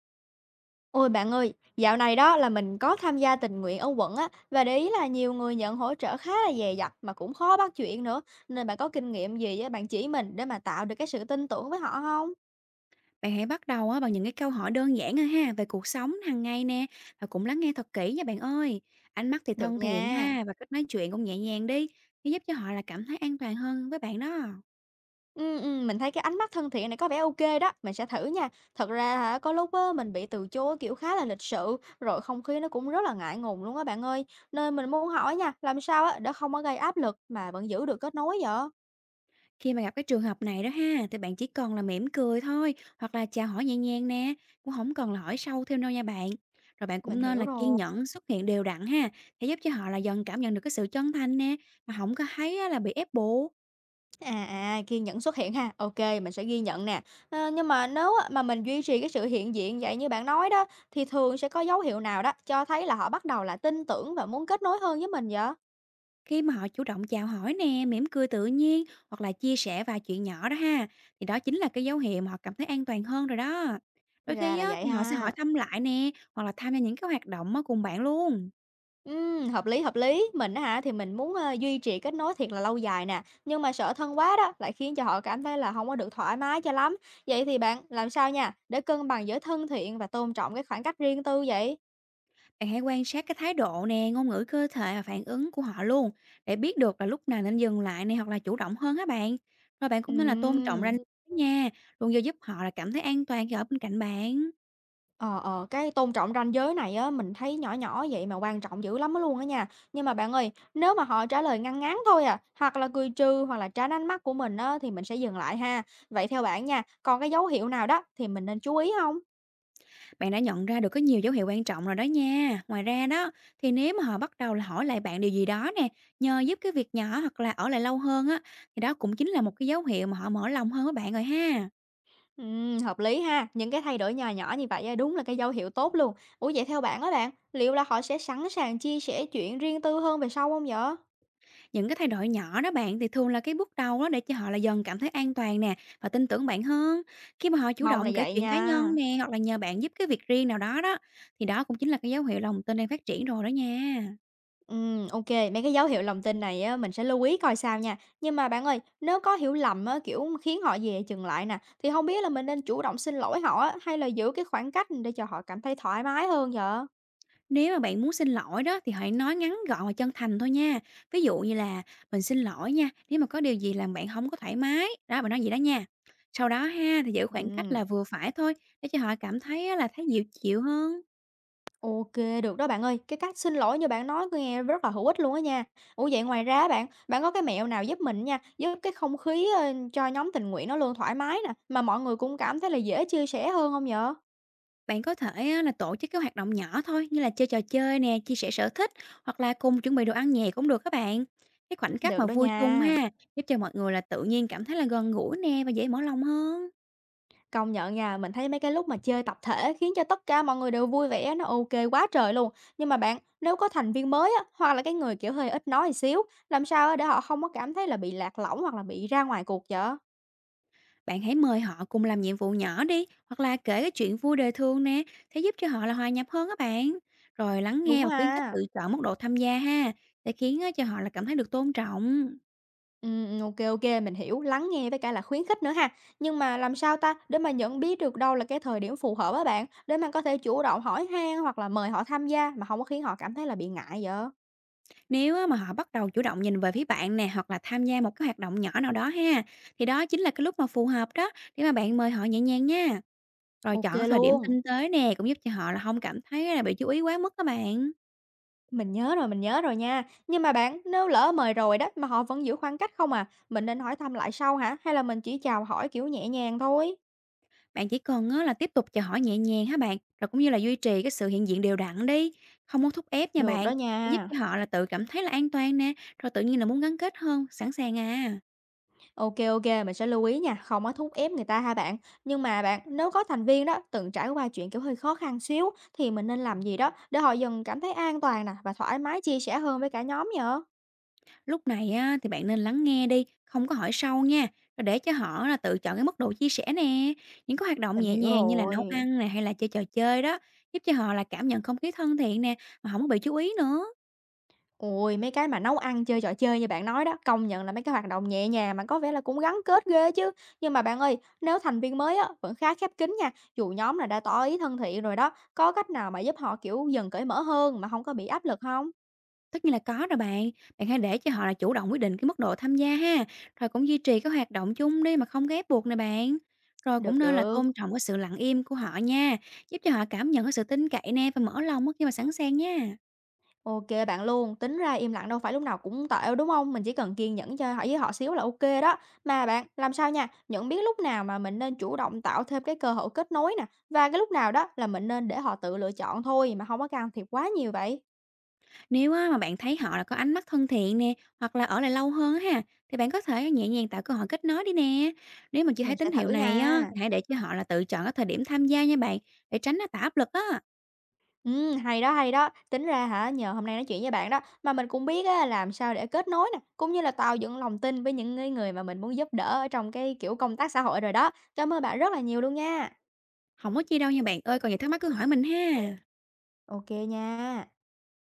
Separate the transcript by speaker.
Speaker 1: Ôi bạn ơi, dạo này đó là mình có tham gia tình nguyện ở quận á, và để ý là nhiều người nhận hỗ trợ khá là dè dặt mà cũng khó bắt chuyện nữa. Nên bạn có kinh nghiệm gì á bạn chỉ mình để mà tạo được cái sự tin tưởng với họ không?
Speaker 2: Bạn hãy bắt đầu á bằng những cái câu hỏi đơn giản thôi ha, về cuộc sống hàng ngày nè, và cũng lắng nghe thật kỹ nha bạn ơi. Ánh mắt thì
Speaker 1: Được
Speaker 2: thân thiện
Speaker 1: nha.
Speaker 2: ha, và cách nói chuyện cũng nhẹ nhàng đi, để giúp cho họ là cảm thấy an toàn hơn với bạn đó.
Speaker 1: Ừ, mình thấy cái ánh mắt thân thiện này có vẻ ok đó, mình sẽ thử nha. Thật ra hả, có lúc á, mình bị từ chối kiểu khá là lịch sự, rồi không khí nó cũng rất là ngại ngùng luôn á bạn ơi. Nên mình muốn hỏi nha, làm sao á để không có gây áp lực mà vẫn giữ được kết nối vậy?
Speaker 2: Khi mà gặp cái trường hợp này đó ha, thì bạn chỉ cần là mỉm cười thôi, hoặc là chào hỏi nhẹ nhàng nè, cũng không cần là hỏi sâu thêm đâu nha bạn. Rồi bạn
Speaker 1: Mình
Speaker 2: cũng nên
Speaker 1: hiểu
Speaker 2: là kiên
Speaker 1: rồi.
Speaker 2: nhẫn xuất hiện đều đặn ha, để giúp cho họ là dần cảm nhận được cái sự chân thành nè, mà không có thấy á là bị ép buộc.
Speaker 1: À, à, kiên nhẫn xuất hiện ha. Ok, mình sẽ ghi nhận nè. Ờ, nhưng mà nếu á mà mình duy trì cái sự hiện diện vậy như bạn nói đó, thì thường sẽ có dấu hiệu nào đó cho thấy là họ bắt đầu là tin tưởng và muốn kết nối hơn với mình vậy?
Speaker 2: Khi mà họ chủ động chào hỏi nè, mỉm cười tự nhiên hoặc là chia sẻ vài chuyện nhỏ đó ha, thì đó chính là cái dấu hiệu mà họ cảm thấy an toàn hơn rồi đó. Đôi
Speaker 1: Ra
Speaker 2: khi
Speaker 1: là
Speaker 2: á,
Speaker 1: vậy
Speaker 2: thì họ sẽ hỏi
Speaker 1: ha.
Speaker 2: thăm lại nè, hoặc là tham gia những cái hoạt động á, cùng bạn luôn.
Speaker 1: Ừm, hợp lý. Mình á hả thì mình muốn ờ, duy trì kết nối thiệt là lâu dài nè, nhưng mà sợ thân quá đó lại khiến cho họ cảm thấy là không có được thoải mái cho lắm. Vậy thì bạn làm sao nha để cân bằng giữa thân thiện và tôn trọng cái khoảng cách riêng tư vậy?
Speaker 2: Bạn hãy quan sát cái thái độ nè, ngôn ngữ cơ thể và phản ứng của họ luôn, để biết được là lúc nào nên dừng lại nè, hoặc là chủ động hơn hả bạn. Rồi bạn cũng nên là tôn trọng
Speaker 1: Ừm.
Speaker 2: ranh giới nha, luôn do giúp họ là cảm thấy an toàn khi ở bên cạnh bạn.
Speaker 1: Ờ, cái tôn trọng ranh giới này á, mình thấy nhỏ nhỏ vậy mà quan trọng dữ lắm á luôn á nha. Nhưng mà bạn ơi, nếu mà họ trả lời ngăn ngắn thôi à, hoặc là cười trừ hoặc là tránh ánh mắt của mình á, thì mình sẽ dừng lại ha. Vậy theo bạn nha, còn cái dấu hiệu nào đó thì mình nên chú ý không?
Speaker 2: Bạn đã nhận ra được có nhiều dấu hiệu quan trọng rồi đó nha. Ngoài ra đó, thì nếu mà họ bắt đầu là hỏi lại bạn điều gì đó nè, nhờ giúp cái việc nhỏ hoặc là ở lại lâu hơn á, thì đó cũng chính là một cái dấu hiệu mà họ mở lòng hơn với bạn rồi ha.
Speaker 1: Hợp lý ha, những cái thay đổi nhỏ nhỏ như vậy á, đúng là cái dấu hiệu tốt luôn. Ủa vậy theo bạn á bạn, liệu là họ sẽ sẵn sàng chia sẻ chuyện riêng tư hơn về sau không vậy?
Speaker 2: Những cái thay đổi nhỏ đó bạn thì thường là cái bước đầu đó, để cho họ là dần cảm thấy an toàn nè và tin tưởng bạn hơn. Khi mà họ chủ
Speaker 1: Mong là
Speaker 2: động kể
Speaker 1: vậy
Speaker 2: chuyện cá
Speaker 1: nha.
Speaker 2: nhân nè, hoặc là nhờ bạn giúp cái việc riêng nào đó đó, thì đó cũng chính là cái dấu hiệu lòng tin đang phát triển rồi đó nha.
Speaker 1: Ô, mấy cái dấu hiệu lòng tin này á, mình sẽ lưu ý coi sao nha. Nhưng mà bạn ơi, nếu có hiểu lầm á, kiểu, khiến họ dè chừng lại nè, thì không biết là mình nên chủ động xin lỗi họ á, hay là giữ cái khoảng cách để cho họ cảm thấy thoải mái hơn vậy?
Speaker 2: Nếu mà bạn muốn xin lỗi đó, thì hãy nói ngắn gọn và chân thành thôi nha. Ví dụ như là mình xin lỗi nha, nếu mà có điều gì làm bạn không có thoải mái, đó bạn nói gì đó nha. Sau đó ha, thì giữ khoảng cách
Speaker 1: Ừm,
Speaker 2: là vừa phải thôi, để cho họ cảm thấy á là thấy dịu chịu hơn.
Speaker 1: ô, được đó bạn ơi. Cái cách xin lỗi như bạn nói nghe rất là hữu ích luôn á nha. Ủa, vậy ngoài ra bạn, bạn có cái mẹo nào giúp mình nha, giúp cái không khí, cho nhóm tình nguyện nó luôn thoải mái nè, mà mọi người cũng cảm thấy là dễ chia sẻ hơn không vậy?
Speaker 2: Bạn có thể á là tổ chức cái hoạt động nhỏ thôi, như là chơi trò chơi nè, chia sẻ sở thích, hoặc là cùng chuẩn bị đồ ăn nhẹ cũng được các bạn. Cái khoảnh khắc
Speaker 1: Được
Speaker 2: mà
Speaker 1: đó
Speaker 2: vui chung
Speaker 1: nha.
Speaker 2: ha, giúp cho mọi người là tự nhiên cảm thấy là gần gũi nè và dễ mở lòng hơn.
Speaker 1: Công nhận nha, mình thấy mấy cái lúc mà chơi tập thể khiến cho tất cả mọi người đều vui vẻ, nó OK quá trời luôn. Nhưng mà bạn, nếu có thành viên mới á, hoặc là cái người, kiểu, hơi ít nói một xíu, làm sao á để họ không có cảm thấy là bị lạc lõng hoặc là bị ra ngoài cuộc vậy?
Speaker 2: Bạn hãy mời họ cùng làm nhiệm vụ nhỏ đi, hoặc là kể cái chuyện vui đời thường nè, sẽ giúp cho họ là hòa nhập hơn các bạn. Rồi lắng
Speaker 1: Đúng
Speaker 2: nghe và khuyến khích
Speaker 1: ha.
Speaker 2: tự chọn mức độ tham gia ha, sẽ khiến á, cho họ là cảm thấy được tôn trọng.
Speaker 1: Ừm, OK, mình hiểu, lắng nghe với cả là khuyến khích nữa ha. Nhưng mà làm sao ta để mà nhận biết được đâu là cái thời điểm phù hợp á bạn, để mà có thể chủ động hỏi han hoặc là mời họ tham gia mà không có khiến họ cảm thấy là bị ngại vậy?
Speaker 2: Nếu á, mà họ bắt đầu chủ động nhìn về phía bạn nè, hoặc là tham gia một cái hoạt động nhỏ nào đó ha, thì đó chính là cái lúc mà phù hợp đó, để mà bạn mời họ nhẹ nhàng nha. Rồi
Speaker 1: OK
Speaker 2: chọn cái thời điểm
Speaker 1: luôn.
Speaker 2: tinh tế nè, cũng giúp cho họ là không cảm thấy là bị chú ý quá mức các bạn.
Speaker 1: Mình nhớ rồi nha. Nhưng mà bạn, nếu lỡ mời rồi đó mà họ vẫn giữ khoảng cách không à, mình nên hỏi thăm lại sau hả? Hay là mình chỉ chào hỏi kiểu nhẹ nhàng thôi?
Speaker 2: Bạn chỉ cần á là tiếp tục chào hỏi nhẹ nhàng hả bạn, rồi cũng như là duy trì cái sự hiện diện đều đặn đi, không muốn thúc ép nha
Speaker 1: Được đó
Speaker 2: bạn, giúp
Speaker 1: nha.
Speaker 2: cho họ là tự cảm thấy là an toàn nè, rồi tự nhiên là muốn gắn kết hơn, sẵn sàng à.
Speaker 1: Ok ok, mình sẽ lưu ý nha, không có thúc ép người ta ha bạn. Nhưng mà bạn, nếu có thành viên đó từng trải qua chuyện kiểu hơi khó khăn xíu thì mình nên làm gì đó để họ dần cảm thấy an toàn nè và thoải mái chia sẻ hơn với cả nhóm nhờ?
Speaker 2: Lúc này á, thì bạn nên lắng nghe đi, không có hỏi sâu nha, rồi để cho họ là tự chọn cái mức độ chia sẻ nè. Những cái hoạt động
Speaker 1: Mình
Speaker 2: nhẹ
Speaker 1: hiểu
Speaker 2: nhàng như là nấu
Speaker 1: rồi.
Speaker 2: ăn nè, hay là chơi trò chơi đó, giúp cho họ là cảm nhận không khí thân thiện nè, mà không có bị chú ý nữa.
Speaker 1: Ôi, mấy cái mà nấu ăn, chơi trò chơi như bạn nói đó, công nhận là mấy cái hoạt động nhẹ nhàng mà có vẻ là cũng gắn kết ghê chứ. Nhưng mà bạn ơi, nếu thành viên mới á, vẫn khá khép kín nha, dù nhóm là đã tỏ ý thân thiện rồi đó, có cách nào mà giúp họ kiểu dần cởi mở hơn mà không có bị áp lực không?
Speaker 2: Tất nhiên là có rồi bạn, bạn hãy để cho họ là chủ động quyết định cái mức độ tham gia ha, rồi cũng duy trì các hoạt động chung đi, mà không ghép buộc nè bạn. Rồi
Speaker 1: Được,
Speaker 2: cũng nên là
Speaker 1: được,
Speaker 2: tôn trọng cái sự lặng im của họ nha, giúp cho họ cảm nhận cái sự tin cậy nè và mở lòng á khi mà sẵn sàng nha.
Speaker 1: OK bạn luôn, tính ra im lặng đâu phải lúc nào cũng tệ, đúng không? Mình chỉ cần kiên nhẫn cho họ với họ xíu là OK đó. Mà bạn, làm sao nha, nhận biết lúc nào mà mình nên chủ động tạo thêm cái cơ hội kết nối nè, và cái lúc nào đó là mình nên để họ tự lựa chọn thôi mà không có can thiệp quá nhiều vậy?
Speaker 2: Nếu á, mà bạn thấy họ là có ánh mắt thân thiện nè, hoặc là ở lại lâu hơn á ha, thì bạn có thể nhẹ nhàng tạo cơ hội kết nối đi nè. Nếu mà chưa
Speaker 1: Mình
Speaker 2: thấy
Speaker 1: sẽ
Speaker 2: tín hiệu
Speaker 1: thử
Speaker 2: này á,
Speaker 1: nha.
Speaker 2: thì hãy để cho họ là tự chọn cái thời điểm tham gia nha bạn, để tránh nó tạo áp lực á.
Speaker 1: Ừm, hay đó. Tính ra hả, nhờ hôm nay nói chuyện với bạn đó, mà mình cũng biết á, làm sao để kết nối nè, cũng như là tạo dựng lòng tin với những cái người mà mình muốn giúp đỡ ở trong cái, kiểu, công tác xã hội rồi đó. Cảm ơn bạn rất là nhiều luôn nha.
Speaker 2: Không có chi đâu nha bạn ơi, còn gì thắc mắc cứ hỏi mình ha.
Speaker 1: Ok nha.